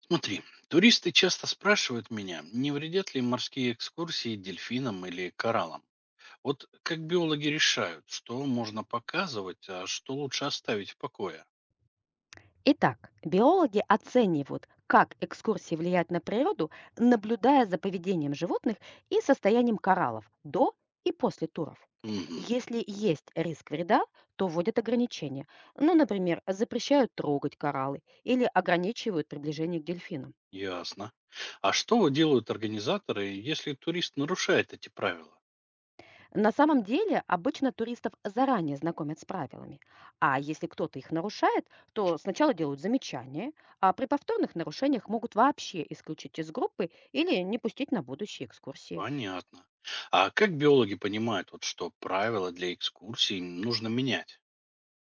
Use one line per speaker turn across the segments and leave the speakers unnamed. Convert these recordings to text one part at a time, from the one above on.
Смотри, туристы часто спрашивают меня, не вредят ли морские экскурсии дельфинам или кораллам. Вот как биологи решают, что можно показывать, а что лучше оставить в покое.
Итак, биологи оценивают, как экскурсии влияют на природу, наблюдая за поведением животных и состоянием кораллов до и после туров.
Мгм,
Если есть риск вреда, то вводят ограничения. Ну, например, запрещают трогать кораллы или ограничивают приближение к дельфинам.
ясно. А что вот делают организаторы, если турист нарушает эти правила?
На самом деле обычно туристов заранее знакомят с правилами, а если кто-то их нарушает, то сначала делают замечания, а при повторных нарушениях могут вообще исключить из группы или не пустить на будущие экскурсии.
Понятно. А как биологи понимают, вот, что правила для экскурсий нужно менять?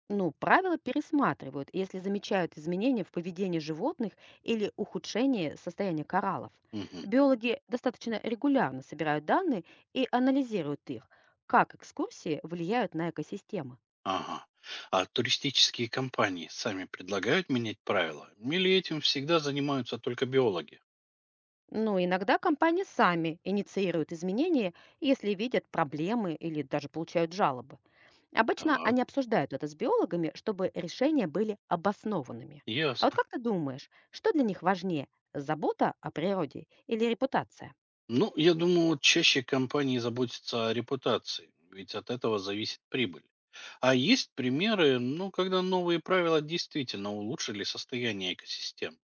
Ну, правила пересматривают, если замечают изменения в поведении животных или ухудшение состояния кораллов.
Мгм.
Биологи достаточно регулярно собирают данные и анализируют их, как экскурсии влияют на экосистемы.
Ага. А туристические компании сами предлагают менять правила? Или этим всегда занимаются только биологи?
Ну, иногда компании сами инициируют изменения, если видят проблемы или даже получают жалобы. Обычно
Так,
они обсуждают это с биологами, чтобы решения были обоснованными. А вот
ясно.
как ты думаешь, что для них важнее, забота о природе или репутация?
Ну, я думаю, вот чаще компании заботятся о репутации, ведь от этого зависит прибыль. А есть примеры, ну, когда новые правила действительно улучшили состояние экосистем?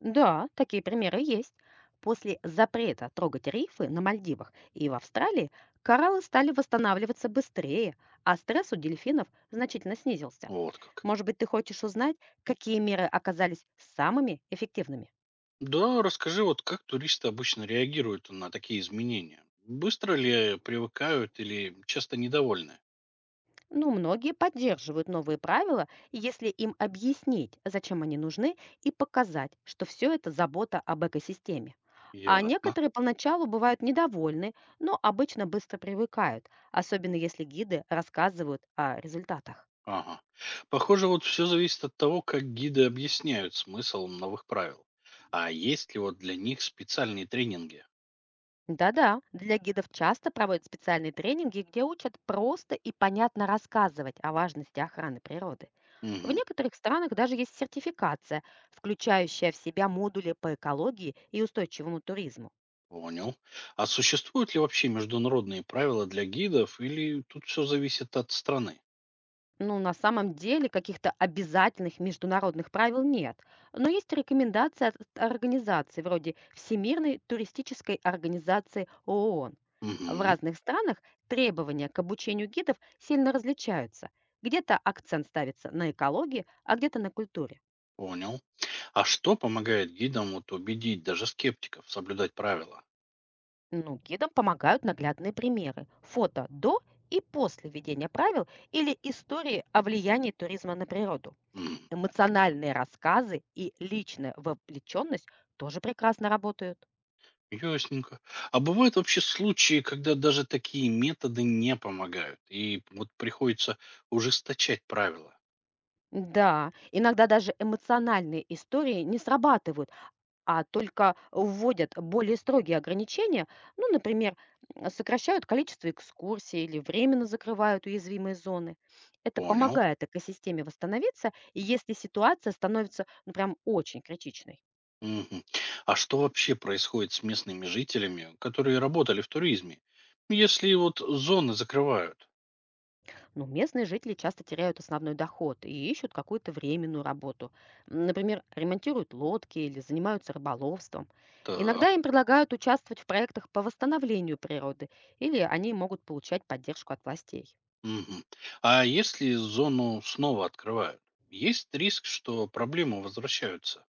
Да, такие примеры есть. После запрета трогать рифы на Мальдивах и в Австралии кораллы стали восстанавливаться быстрее, а стресс у дельфинов значительно снизился.
Вот как.
Может быть, ты хочешь узнать, какие меры оказались самыми эффективными?
Да, расскажи, вот как туристы обычно реагируют на такие изменения? Быстро ли привыкают или часто недовольны?
Но многие поддерживают новые правила, если им объяснить, зачем они нужны, и показать, что все это забота об экосистеме. А
Ясно.
некоторые поначалу бывают недовольны, но обычно быстро привыкают, особенно если гиды рассказывают о результатах.
Ага. Похоже, вот все зависит от того, как гиды объясняют смысл новых правил. А есть ли вот для них специальные тренинги?
Да-да, для гидов часто проводят специальные тренинги, где учат просто и понятно рассказывать о важности охраны природы. В
Мгм,
некоторых странах даже есть сертификация, включающая в себя модули по экологии и устойчивому туризму.
понял. А существуют ли вообще международные правила для гидов или тут все зависит от страны?
Ну, на самом деле каких-то обязательных международных правил нет, но есть рекомендации от организаций вроде Всемирной туристической организации ООН. В
Мгм,
разных странах требования к обучению гидов сильно различаются. Где-то акцент ставится на экологии, а где-то на культуре.
понял. А что помогает гидам вот убедить даже скептиков соблюдать правила?
Ну, гидам помогают наглядные примеры, фото до и после введения правил или истории о влиянии туризма на природу.
М,
Эмоциональные рассказы и личная вовлеченность тоже прекрасно работают.
ясненько. А бывают вообще случаи, когда даже такие методы не помогают, и вот приходится ужесточать правила.
Да, иногда даже эмоциональные истории не срабатывают, а только вводят более строгие ограничения, ну, например, сокращают количество экскурсий или временно закрывают уязвимые зоны. Это
Понял.
помогает экосистеме восстановиться, и если ситуация становится, ну, прям очень критичной.
Мгм. А что вообще происходит с местными жителями, которые работали в туризме, если вот зоны закрывают?
Ну, местные жители часто теряют основной доход и ищут какую-то временную работу. Например, ремонтируют лодки или занимаются рыболовством.
Так.
Иногда им предлагают участвовать в проектах по восстановлению природы, или они могут получать поддержку от властей.
Мгм. А если зону снова открывают, есть риск, что проблемы возвращаются?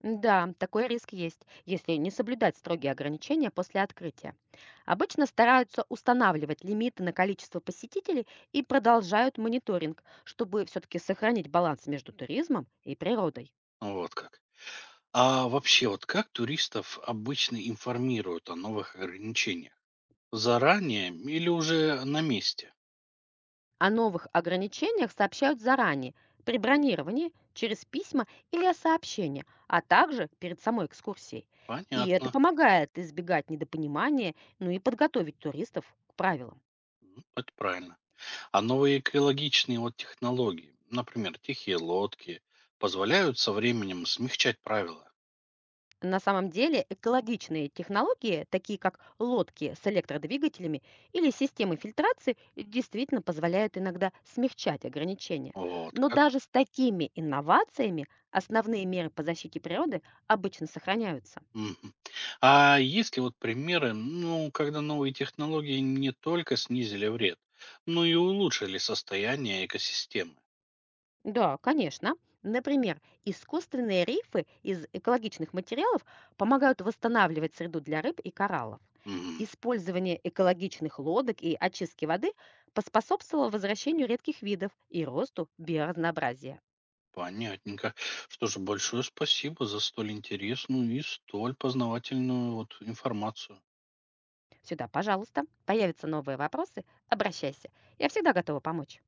Да, такой риск есть, если не соблюдать строгие ограничения после открытия. Обычно стараются устанавливать лимиты на количество посетителей и продолжают мониторинг, чтобы все-таки сохранить баланс между туризмом и природой.
Вот как. А вообще, вот как туристов обычно информируют о новых ограничениях? Заранее или уже на месте?
О новых ограничениях сообщают заранее, при бронировании, через письма или сообщения, а также перед самой экскурсией. И это
Понятно.
помогает избегать недопонимания, ну и подготовить туристов к правилам.
М, это правильно. А новые экологичные вот технологии, например, тихие лодки, позволяют со временем смягчать правила.
На самом деле экологичные технологии, такие как лодки с электродвигателями или системы фильтрации, действительно позволяют иногда смягчать ограничения.
Вот
Но
как.
даже с такими инновациями основные меры по защите природы обычно сохраняются.
Мгм. А есть ли вот примеры, ну, когда новые технологии не только снизили вред, но и улучшили состояние экосистемы?
Да, конечно. Например, искусственные рифы из экологичных материалов помогают восстанавливать среду для рыб и кораллов.
Мгм.
Использование экологичных лодок и очистки воды поспособствовало возвращению редких видов и росту биоразнообразия.
Понятненько. Что же, большое спасибо за столь интересную и столь познавательную вот информацию.
Сюда, пожалуйста, появятся новые вопросы, обращайся. Я всегда готова помочь.